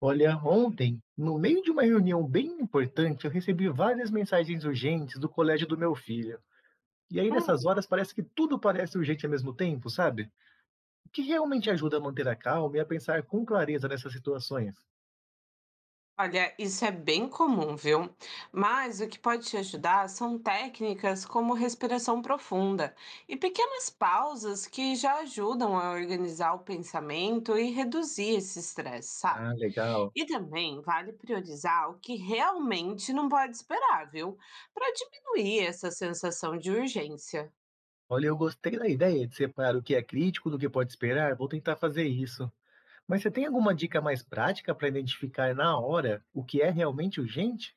Olha, ontem, no meio de uma reunião bem importante, eu recebi várias mensagens urgentes do colégio do meu filho. E aí, Hum, nessas horas, parece que tudo parece urgente ao mesmo tempo, sabe? O que realmente ajuda a manter a calma e a pensar com clareza nessas situações? olha, isso é bem comum, viu? Mas o que pode te ajudar são técnicas como respiração profunda e pequenas pausas que já ajudam a organizar o pensamento e reduzir esse estresse, Ah, sabe? legal. E também vale priorizar o que realmente não pode esperar, viu? Para diminuir essa sensação de urgência. Olha, eu gostei da ideia de separar o que é crítico do que pode esperar. Vou tentar fazer isso. Mas você tem alguma dica mais prática para identificar na hora o que é realmente urgente?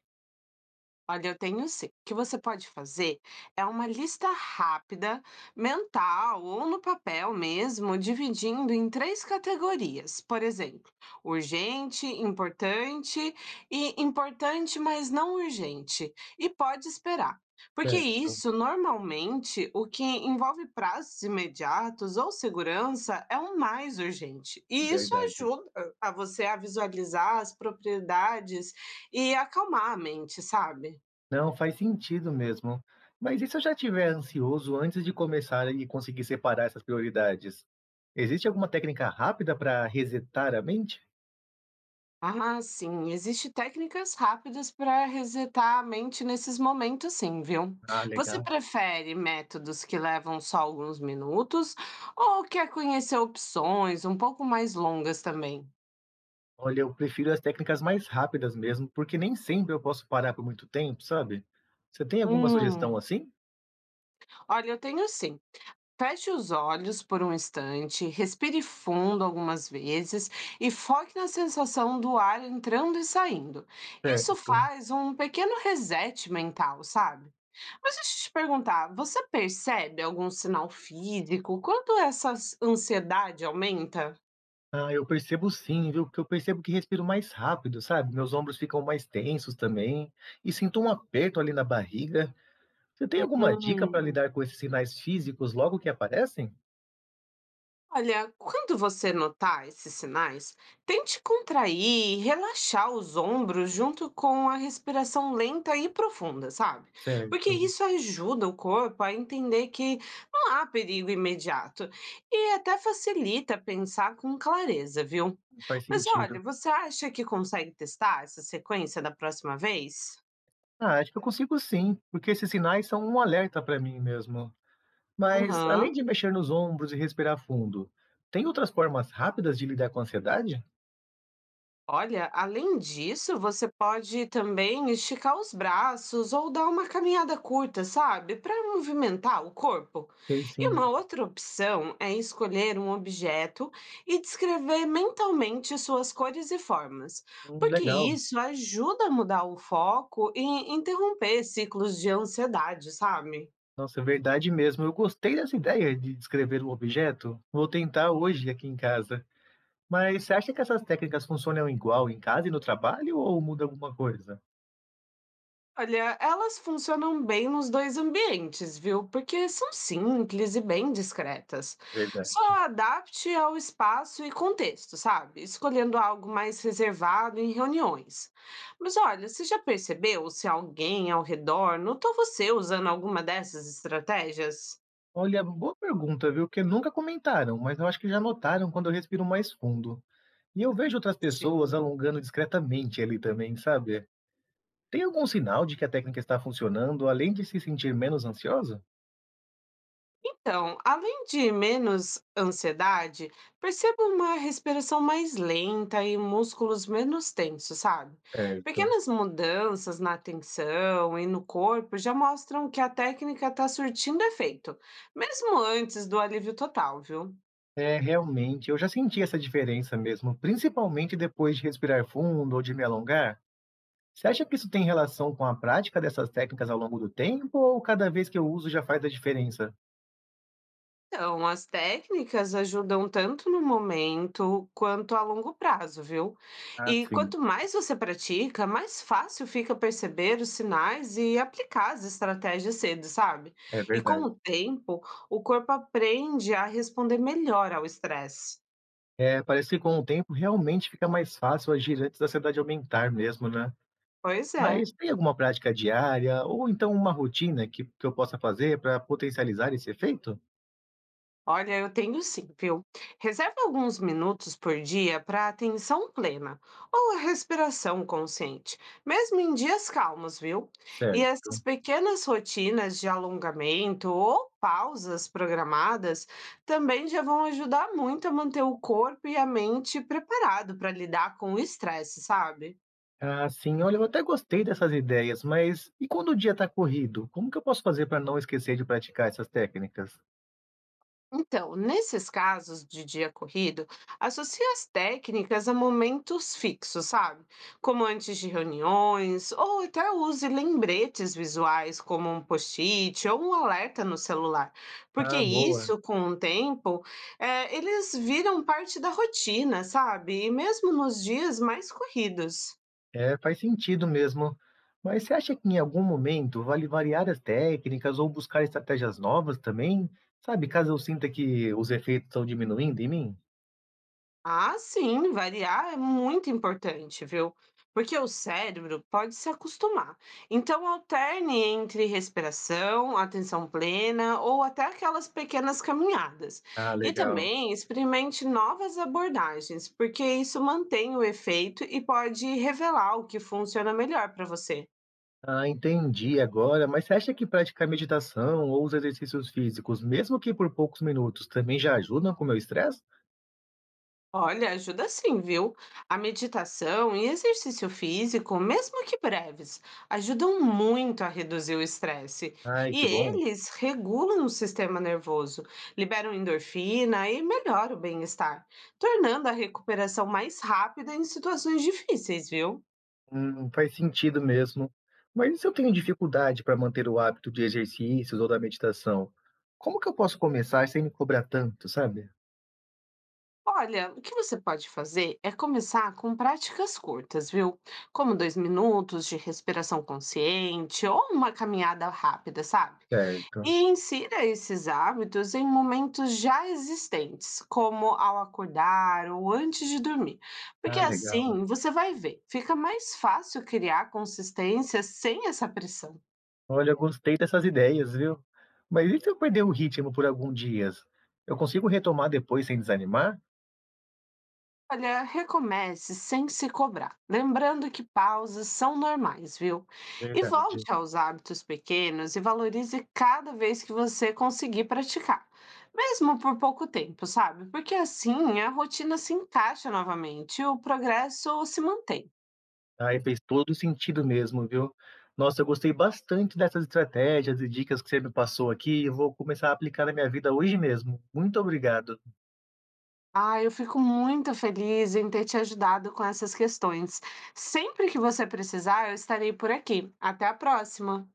Olha, eu tenho sim. O que você pode fazer é uma lista rápida, mental ou no papel mesmo, dividindo em três categorias. Por exemplo, urgente, importante e importante, mas não urgente. E pode esperar. Porque Certo, isso, normalmente, o que envolve prazos imediatos ou segurança é o mais urgente. E isso verdade. ajuda a você a visualizar as propriedades e acalmar a mente, sabe? Não, faz sentido mesmo. Mas e se eu já estiver ansioso antes de começar e conseguir separar essas prioridades? Existe alguma técnica rápida para resetar a mente? Ah, sim, existe técnicas rápidas para resetar a mente nesses momentos, sim, viu? Ah, Você legal. prefere métodos que levam só alguns minutos ou quer conhecer opções um pouco mais longas também? Olha, eu prefiro as técnicas mais rápidas mesmo, porque nem sempre eu posso parar por muito tempo, sabe? Você tem alguma sugestão Hum, assim? olha, eu tenho sim. Feche os olhos por um instante, respire fundo algumas vezes e foque na sensação do ar entrando e saindo. Isso Certo. faz um pequeno reset mental, sabe? Mas deixa eu te perguntar, você percebe algum sinal físico quando essa ansiedade aumenta? Ah, eu percebo sim, viu? Porque eu percebo que respiro mais rápido, sabe? Meus ombros ficam mais tensos também, e sinto um aperto ali na barriga. Você tem alguma dica para Hum. lidar com esses sinais físicos logo que aparecem? Olha, quando você notar esses sinais, tente contrair e relaxar os ombros junto com a respiração lenta e profunda, sabe? Porque Certo, isso ajuda o corpo a entender que não há perigo imediato e até facilita pensar com clareza, viu? faz Mas olha, sentido. você acha que consegue testar essa sequência da próxima vez? Ah, acho que eu consigo sim, porque esses sinais são um alerta para mim mesmo. Mas Aham. além de mexer nos ombros e respirar fundo, tem outras formas rápidas de lidar com a ansiedade? Olha, além disso, você pode também esticar os braços ou dar uma caminhada curta, sabe? Para movimentar o corpo. Tem E sim. uma outra opção é escolher um objeto e descrever mentalmente suas cores e formas, porque Legal. isso ajuda a mudar o foco e interromper ciclos de ansiedade, sabe? Nossa, é verdade mesmo. Eu gostei dessa ideia de descrever o objeto. Vou tentar hoje aqui em casa. Mas você acha que essas técnicas funcionam igual em casa e no trabalho ou muda alguma coisa? Olha, elas funcionam bem nos dois ambientes, viu? Porque são simples e bem discretas. Verdade. Só adapte ao espaço e contexto, sabe? Escolhendo algo mais reservado em reuniões. Mas olha, você já percebeu se alguém ao redor notou você usando alguma dessas estratégias? Olha, boa pergunta, viu? Porque nunca comentaram, mas eu acho que já notaram quando eu respiro mais fundo. E eu vejo outras pessoas Sim. alongando discretamente ali também, sabe? Tem algum sinal de que a técnica está funcionando, além de se sentir menos ansioso? Então, além de menos ansiedade, percebo uma respiração mais lenta e músculos menos tensos, sabe? Certo. Pequenas mudanças na tensão e no corpo já mostram que a técnica está surtindo efeito, mesmo antes do alívio total, viu? É, realmente, eu já senti essa diferença mesmo, principalmente depois de respirar fundo ou de me alongar. Você acha que isso tem relação com a prática dessas técnicas ao longo do tempo, ou cada vez que eu uso já faz a diferença? Então, as técnicas ajudam tanto no momento quanto a longo prazo, viu? Ah, E sim, quanto mais você pratica, mais fácil fica perceber os sinais e aplicar as estratégias cedo, sabe? é E com verdade. o tempo, o corpo aprende a responder melhor ao estresse. É, parece que com o tempo realmente fica mais fácil agir antes da ansiedade aumentar mesmo, né. Pois é. Mas tem alguma prática diária ou então uma rotina que eu possa fazer para potencializar esse efeito? Olha, eu tenho sim, viu? Reserve alguns minutos por dia para atenção plena ou a respiração consciente, mesmo em dias calmos, viu? E Certo. essas pequenas rotinas de alongamento ou pausas programadas também já vão ajudar muito a manter o corpo e a mente preparado para lidar com o estresse, sabe? Ah, sim. Olha, eu até gostei dessas ideias, mas e quando o dia está corrido, como que eu posso fazer para não esquecer de praticar essas técnicas? Então, nesses casos de dia corrido, associe as técnicas a momentos fixos, sabe? Como antes de reuniões, ou até use lembretes visuais, como um post-it ou um alerta no celular. Porque Ah, boa. isso, com o tempo, eles viram parte da rotina, sabe? E mesmo nos dias mais corridos. É, faz sentido mesmo. Mas você acha que em algum momento vale variar as técnicas ou buscar estratégias novas também? Sabe, caso eu sinta que os efeitos estão diminuindo em mim? Ah, sim, variar é muito importante, viu? Porque o cérebro pode se acostumar. Então, alterne entre respiração, atenção plena ou até aquelas pequenas caminhadas. Ah, E legal. também experimente novas abordagens, porque isso mantém o efeito e pode revelar o que funciona melhor para você. Ah, entendi agora. Mas você acha que praticar meditação ou os exercícios físicos, mesmo que por poucos minutos, também já ajudam com o meu estresse? Olha, ajuda sim, viu? A meditação e exercício físico, mesmo que breves, ajudam muito a reduzir o estresse. Ai, E que bom. eles regulam o sistema nervoso, liberam endorfina e melhoram o bem-estar, tornando a recuperação mais rápida em situações difíceis, viu? Faz sentido mesmo. Mas e se eu tenho dificuldade para manter o hábito de exercícios ou da meditação, como que eu posso começar sem me cobrar tanto, sabe? Olha, o que você pode fazer é começar com práticas curtas, viu? Como 2 minutos de respiração consciente ou uma caminhada rápida, sabe? Certo. E insira esses hábitos em momentos já existentes, como ao acordar ou antes de dormir, porque Ah, legal. assim você vai ver, fica mais fácil criar consistência sem essa pressão. Olha, eu gostei dessas ideias, viu? Mas e se eu perder o ritmo por alguns dias? Eu consigo retomar depois sem desanimar? Olha, recomece sem se cobrar, lembrando que pausas são normais, viu? E Verdade. volte aos hábitos pequenos e valorize cada vez que você conseguir praticar, mesmo por pouco tempo, sabe? Porque assim a rotina se encaixa novamente e o progresso se mantém. Ai, fez todo sentido mesmo, viu. Nossa, eu gostei bastante dessas estratégias e dicas que você me passou aqui, eu vou começar a aplicar na minha vida hoje mesmo. Muito obrigado. Ah, eu fico muito feliz em ter te ajudado com essas questões. Sempre que você precisar, eu estarei por aqui. Até a próxima!